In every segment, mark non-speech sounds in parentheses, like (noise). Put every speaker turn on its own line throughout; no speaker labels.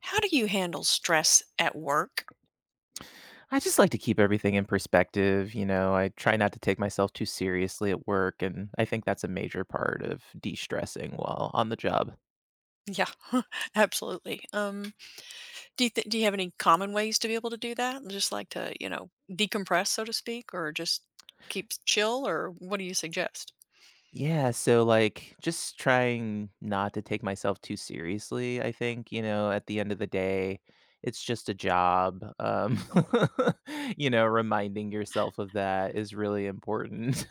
How do you handle stress at work?
I just like to keep everything in perspective, you know, I try not to take myself too seriously at work, and I think that's a major part of de-stressing while on the job.
Yeah, (laughs) absolutely. Do you have any common ways to be able to do that? Just like to, decompress, so to speak, or just keep chill, or what do you suggest?
Yeah, so, like, just trying not to take myself too seriously, I think, you know, at the end of the day, it's just a job. (laughs) You know, reminding yourself of that is really important.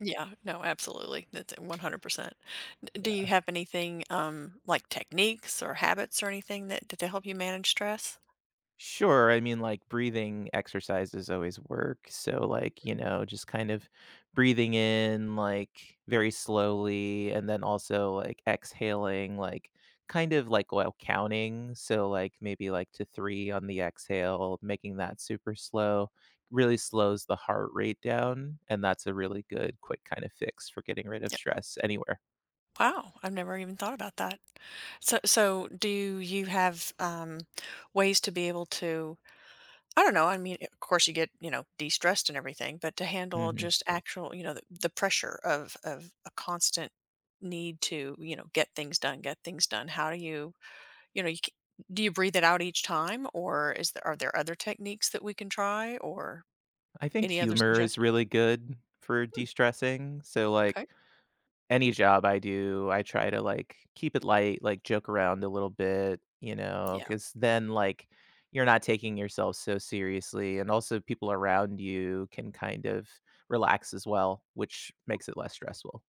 Yeah, no, absolutely. That's 100%. Do you
(laughs)
have anything like techniques or habits or anything that to help you manage stress?
Sure. I mean, like breathing exercises always work. So, like, you know, just kind of breathing in like very slowly and then also like exhaling, like kind of like while counting. So, like, maybe like to three on the exhale, making that super slow really slows the heart rate down. And that's a really good, quick kind of fix for getting rid of
Yeah.
stress anywhere.
Wow, I've never even thought about that. So do you have, ways to be able to I don't know. I mean, of course, you get de-stressed and everything, but to handle
hmm
just actual, the pressure of a constant need to get things done, get things done. How do you you know you c- do you breathe it out each time, or is there are there other techniques that we can try, or
I think
any other
humor is
suggestions?
really good for
Hmm,
de stressing. So,
okay,
like, any job I do, I try to like keep it light, like joke around a little bit, you know,
yeah.
because then like you're not taking yourself so seriously. And also, people around you can kind of relax as well, which makes it less stressful.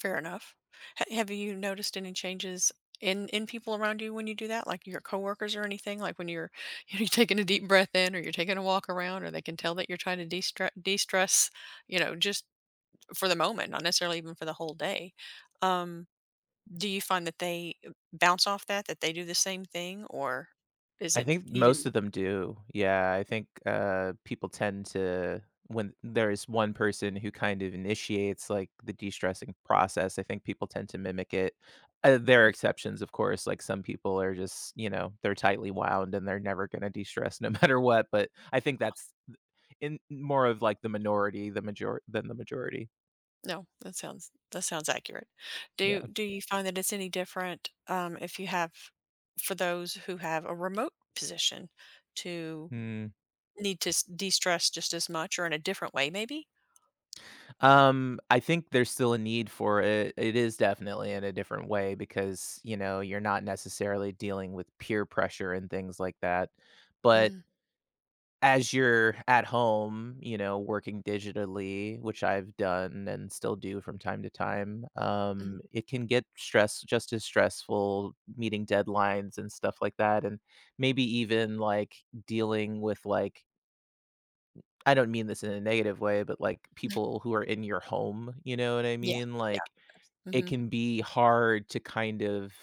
Fair enough. Ha Have you noticed any changes in people around you when you do that, like your coworkers or anything? Like when you're (laughs) you know, you're taking a deep breath in, or you're taking a walk around, or they can tell that you're trying to de-stress, you know, just for the moment, not necessarily even for the whole day. Um, do you find that they bounce off that, that they do the same thing, or is
I
it
think most
even
of them do. Yeah, I think, people tend to when there's one person who kind of initiates, like, the de-stressing process, I think people tend to mimic it. There are
Hmm.
exceptions, of course, like, some people are just, you know, they're tightly wound and they're never gonna de-stress no (laughs) matter what, but I think
Yeah.
that's in more of, like, the minority, the major than the majority.
No, that sounds accurate. Do
Yeah.
do you find that it's any different if you have for those who have a remote position to
Hmm.
need to s de-stress just as much or in a different way maybe?
I think there's still a need for it. It is definitely in a different way because, you know, you're not necessarily dealing with peer pressure and things like that. But
Mm,
as you're at home, you know, working digitally, which I've done and still do from time to time,
mhm,
it can get stress just as stressful meeting deadlines and stuff like that. And maybe even like dealing with like I don't mean this in a negative way, but, like,
mhm.
people who are in your home, you know what I
Yeah,
mean?
yeah,
Like,
abs
it
mhm,
can be hard to kind of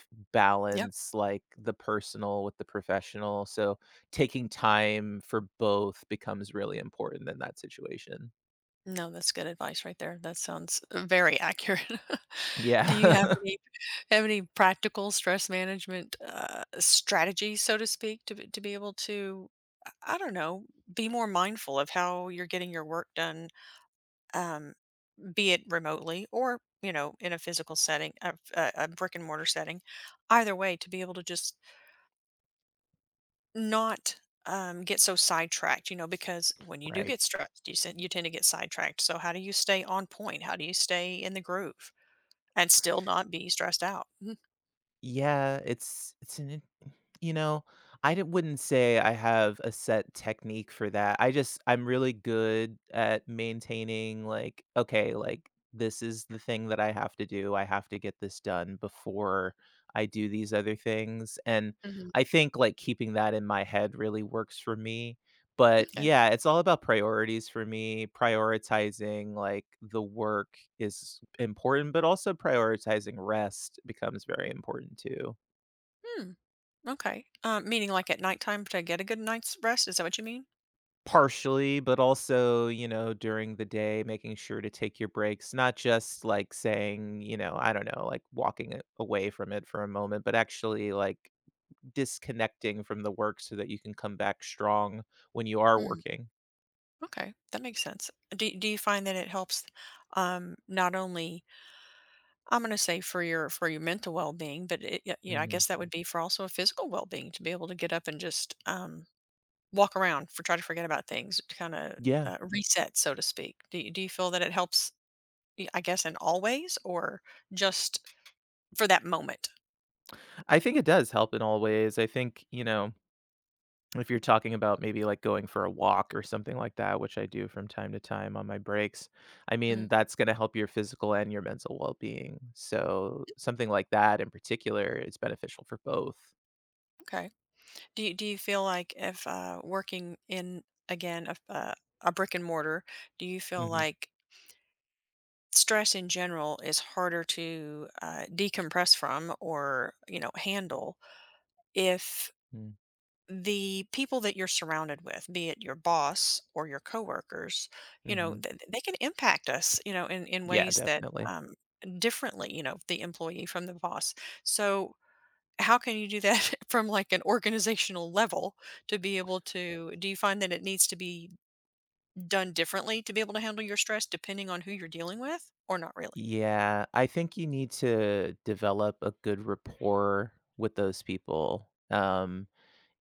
yeah.
balance, like, the personal with the professional, so taking time for both becomes really important in that situation.
No, that's good advice right there. That sounds very accurate. (laughs) Do you
Yeah. (laughs)
have any practical stress management strategies, so to speak, to to be able to I don't know, be more mindful of how you're getting your work done, um, be it remotely or in a physical setting, a brick and mortar setting. Either way, to be able to just not, get so sidetracked, you know, because when you do
Right.
get stressed, you tend to get sidetracked, so how do you stay on point? How do you stay in the groove and still not be stressed out? Mhm.
Yeah, it's an in you know, I d wouldn't say I have a set technique for that. I just I'm really good at maintaining, like, "Okay, like, this is the thing that I have to do. I have to get this done before I do these other things," and
Mhm.
I think, like, keeping that in my head really works for me. But,
M'kay.
yeah, it's all about priorities for me, prioritizing, like, the work is important, but also prioritizing rest becomes very important too.
Hmm. Okay. Meaning like at nighttime to get a good night's rest? Is that what you mean?
Partially, but also, you know, during the day, making sure to take your breaks, not just like saying, you know, I don't know, like away from it for a moment, but actually like disconnecting from the work so that you can come back strong when you are
Mhm.
working.
Okay, that makes sense. Do you find that it helps not only I'm going to say for your mental well-being, but it, yeah, you know, I
hmm
guess that would be for also a physical well-being to be able to get up and just walk around for try to forget about things, to kind of
Yeah,
reset, so to speak. Do you feel that it helps I guess in all ways or just for that moment?
I think it does help in all ways. I think, you know, if you're talking about maybe, like, going for a walk or something like that, which I do from time to time on my breaks, I mean,
Mm,
that's gonna help your physical and your mental well-being. So, something like that in particular is beneficial for both.
okay. Do you feel like if working in again a brick and mortar, do you feel
Mhm,
like stress in general is harder to decompress from or you know handle if
mm,
the people that you're surrounded with, be it your boss or your coworkers,
mhm.
they can impact us, you know, in
Yeah,
ways that
definitely.
differently, you know, the employee from the boss. So how can you do that (laughs) from like an organizational level to be able to do you find that it needs to be done differently to be able to handle your stress depending on who you're dealing with or not really
Yeah, I think you need to develop a good rapport with those people.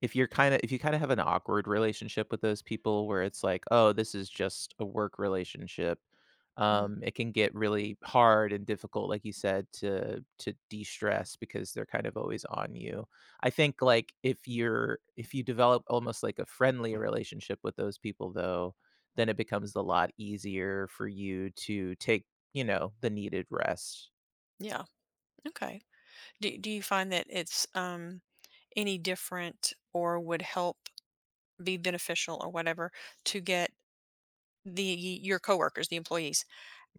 If you're kinda if you kinda have an awkward relationship with those people where it's like, "Oh, this is just a work relationship,"
hmm
it can get really hard and difficult, like you said, to de-stress because they're kind of always on you. I think, like, if you're if you develop almost like a friendly relationship with those people, though, then it becomes a lot easier for you to take, you know, the needed rest.
yeah okay do you find that it's any different or would help be beneficial or whatever to get the your coworkers the employees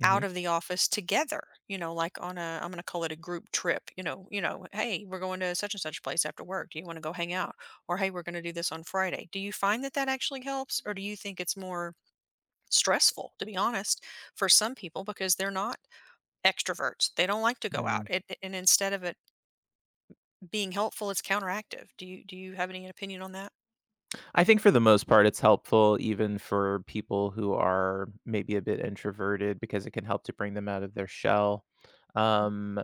Mhm,
out of the office together, you know, like on a I'm gonna call it a group trip, you know, hey, we're going to such and such place after work. Do you want to go hang out? Or hey, we're going to do this on Friday. Do you find that that actually helps or do you think it's more stressful to be honest for some people because they're not extroverts. They don't like to go out.
mm.
It, and instead of it being helpful, it's counteractive. Do you have any opinion on that?
I think for the most part, it's helpful even for people who are maybe a bit introverted because it can help to bring them out of their shell.
Mm-hmm.
Um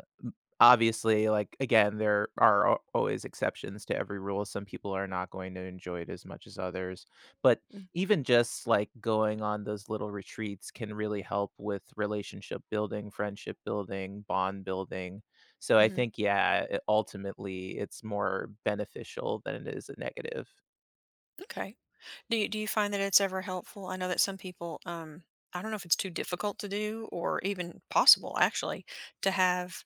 Obviously, like, again, there are al always exceptions to every rule. Some people are not going to enjoy it as much as others, but even just, like, going on those little retreats can really help with relationship building, friendship building, bond building. So I
Mm-hmm.
think, yeah, it ultimately, it's more beneficial than it is a negative.
Okay. Do you find that it's ever helpful? I know that some people, I don't know if it's too difficult to do or even possible actually to have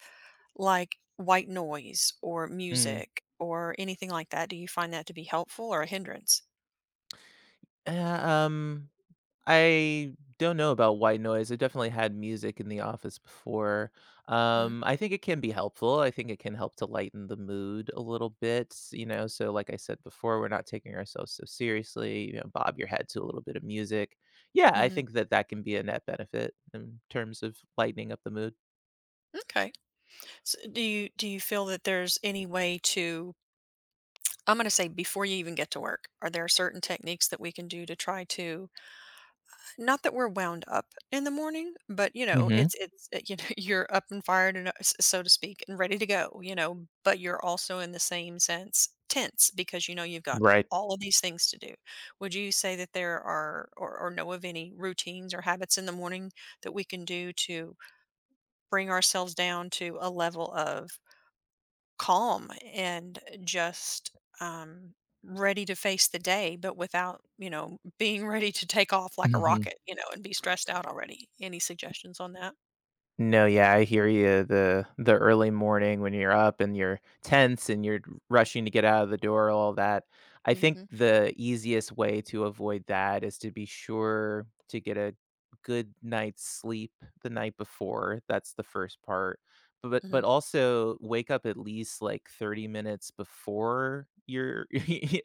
like white noise or
Mm.
music or anything like that. Do you find that to be helpful or a hindrance?
Uh, um I don't know about white noise. I definitely had music in the office before. I think it can be helpful. I think it can help to lighten the mood a little bit, you know. So, like I said before, we're not taking ourselves so seriously. You know, bob your head to a little bit of music. Yeah, I
Mm-hmm.
think that can be a net benefit in terms of lightening up the mood.
Okay. So do you feel that there's any way to I'm going to say before you even get to work, are there certain techniques that we can do to try to not that we're wound up in the morning, but, you know,
hmm
it's you know, (laughs) you're up and fired and, s so to speak, and ready to go, you know, but you're also in the same sense tense because you know you've got
Right.
all of these things to do. Would you say that there are or know of any routines or habits in the morning that we can do to bring ourselves down to a level of calm and just, um, ready to face the day, but without, you know, being (laughs) ready to take off like a
Mhm.
rocket, you know, and be stressed out already. Any suggestions on that?
No, yeah, I hear you. The early morning when you're up and you're tense and you're rushing to get out of the door, all that. I think
Mhm,
the easiest way to avoid that is to be sure to get a good night's sleep the night before. That's the first part. But
mhm,
also wake up at least like 30 minutes before you're (laughs)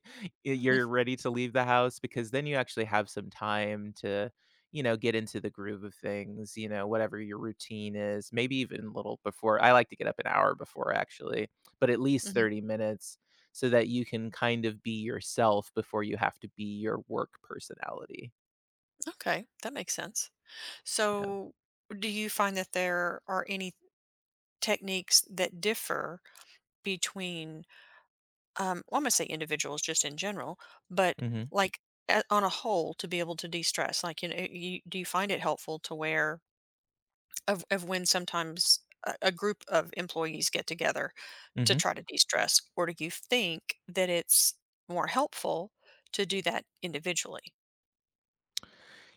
mhm.
you're ready to leave the house because then you actually have some time to you know, get into the groove of things, you know, whatever your routine is, maybe even a little before. I like to get up an hour before actually, but at least 30
(laughs)
minutes so that you can kind of be yourself before you have to be your work personality.
Okay, that makes sense.
Yeah.
So, do you find that there are any techniques that differ between, well, I'm gonna say individuals just in general, but
Mhm.
like a on a whole to be able to de-stress? Like, you know, you do you find it helpful to wear of when sometimes a group of employees get together to
Mhm.
try to de-stress, or do you think that it's more helpful to do that individually?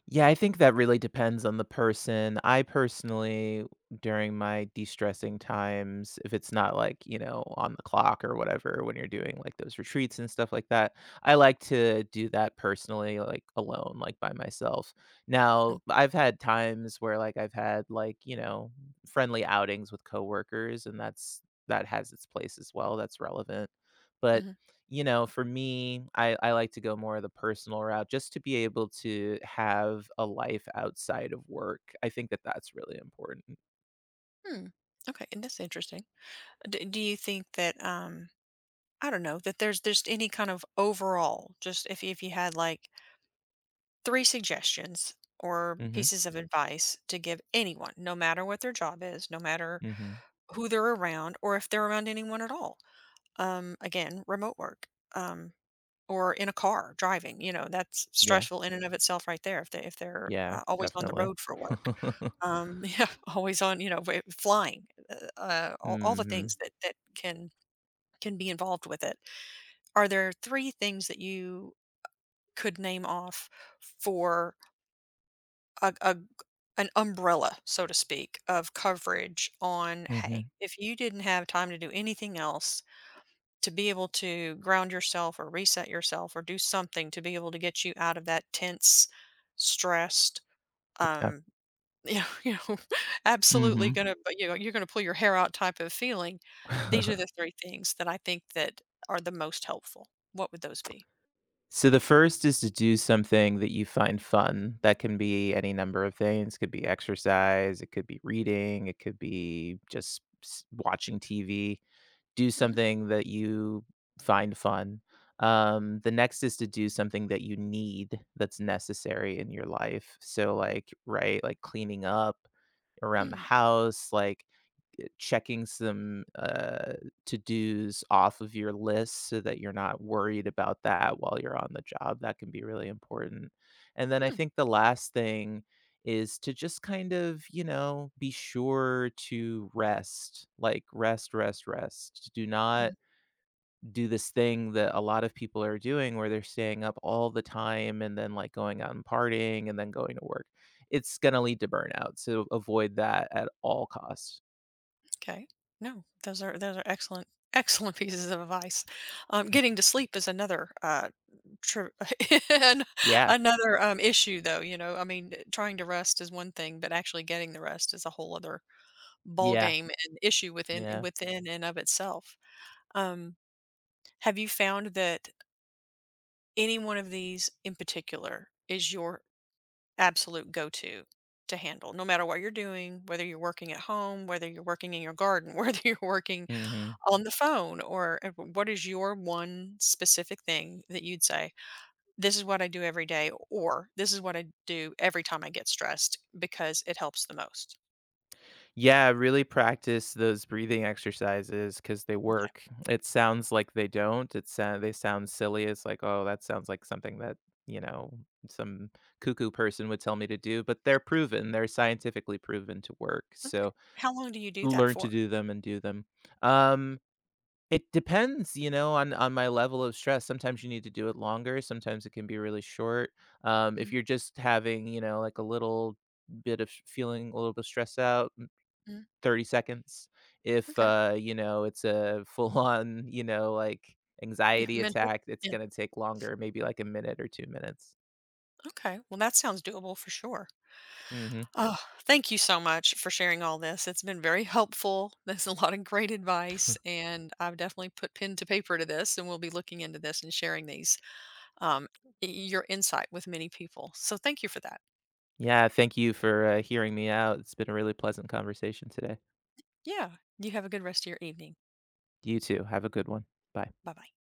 Yeah, I think that really depends on the person. I personally, during my de-stressing times, if it's not like, you know, on the clock or whatever, when you're doing like those retreats and stuff like that, I like to do that personally, like alone, like by myself.
Mm,
Now, I've had times where like I've had like, you know, friendly outings with coworkers, and that's that has its place as well. That's relevant. But
mhm.
you know, for me, I like to go more of the personal route just to be able to have a life outside of work. I think that that's really important.
Hmm, okay, and that's interesting. D Do you think that, I don't know, that there's just any kind of overall, just if you had like three suggestions or
hmm
pieces of Mhm. advice to give anyone, no matter what their job is, no matter
hmm
who they're around or if they're around anyone at all. Again, remote work, um, or in a car driving, you know, that's
Yeah.
stressful in and of itself right there if they if they're,
Yeah.
always on the
Definitely.
road for work.
(laughs)
Um, (laughs) yeah, always on, you know, w flying, all the
hmm
things that that can be involved with it. Are there three things that you could name off for a an umbrella, so to speak, of coverage on,
hmm
"Hey, if you didn't have time to do anything else, to be able to ground yourself or reset yourself or do something to be able to get you out of that tense, stressed,
Yeah.
um, (laughs) you know (laughs) absolutely
hmm
gonna but, you know, you're gonna pull your hair out type of feeling," these are the
(laughs)
three things that I think that are the most helpful. What would those be?
so the first is to do something that you find fun. That can be any number of things. Could be exercise. It could be reading. It could be just watching TV. Do
Mm,
something that you find fun. The next is to do something that you need that's necessary in your life. So, like, right, like cleaning up around the
mm.
house, like checking some to dos off of your list so that you're not worried about that while you're on the job. That can be really important. And then I
Hmm.
think the last thing is to just kind of, you know, be sure to rest, like rest, rest, rest. Do not
Mhm.
do this thing that a lot of people are doing where they're staying up all the time and then like going out and partying and then going to work. It's gonna lead to burnout, so avoid that at all costs.
Okay. No, those are excellent (laughs) excellent pieces of advice. Getting
(laughs)
to sleep is another tri- (laughs) an-
Yeah.
another issue, though. You know, I mean, trying to rest is one thing, but actually getting the rest is a whole other ball
Yeah.
game and issue within
Yeah.
within and of itself. Um, have you found that any one of these in particular is your absolute go to? To handle no matter what you're doing, whether you're working at home, whether you're working in your garden (laughs) whether you're working
Mhm.
on the phone or what is your one specific thing that you'd say this is what I do every day or this is what I do every time I get stressed because it helps the most.
Yeah, really practice those breathing exercises because they
Okay.
work. It sounds like they don't. It sound They sound silly. It's like, "Oh, that sounds like something that, you know, some cuckoo person would tell me to do," but they're proven. They're scientifically proven to work,
Okay,
so
how long do you do that
learn to
for?
do them and do them. Um, it depends, you know, on my level of stress. Sometimes you need to do it longer, sometimes it can be really short. If you're just having, you know, like a little feeling a little bit stressed out, mm,
Mm-hmm.
30 seconds. If
Okay,
you know, it's a (laughs) full on, you know, like
yeah. (laughs)
anxiety
Mental,
attack, it's
yeah.
gonna take longer, maybe like a minute or 2 minutes.
Okay, well that sounds doable for sure.
Mhm.
Oh, thank you so much for sharing all this. It's been very helpful. There's a lot of great advice
(laughs)
and I've definitely put pen to paper to this and we'll be looking into this and sharing these, um, your insight with many people. So thank you for that.
Yeah, thank you for, hearing me out. It's been a really pleasant conversation today.
Yeah. You have a good rest of your evening.
You too. Have a good one. Bye.
Bye bye.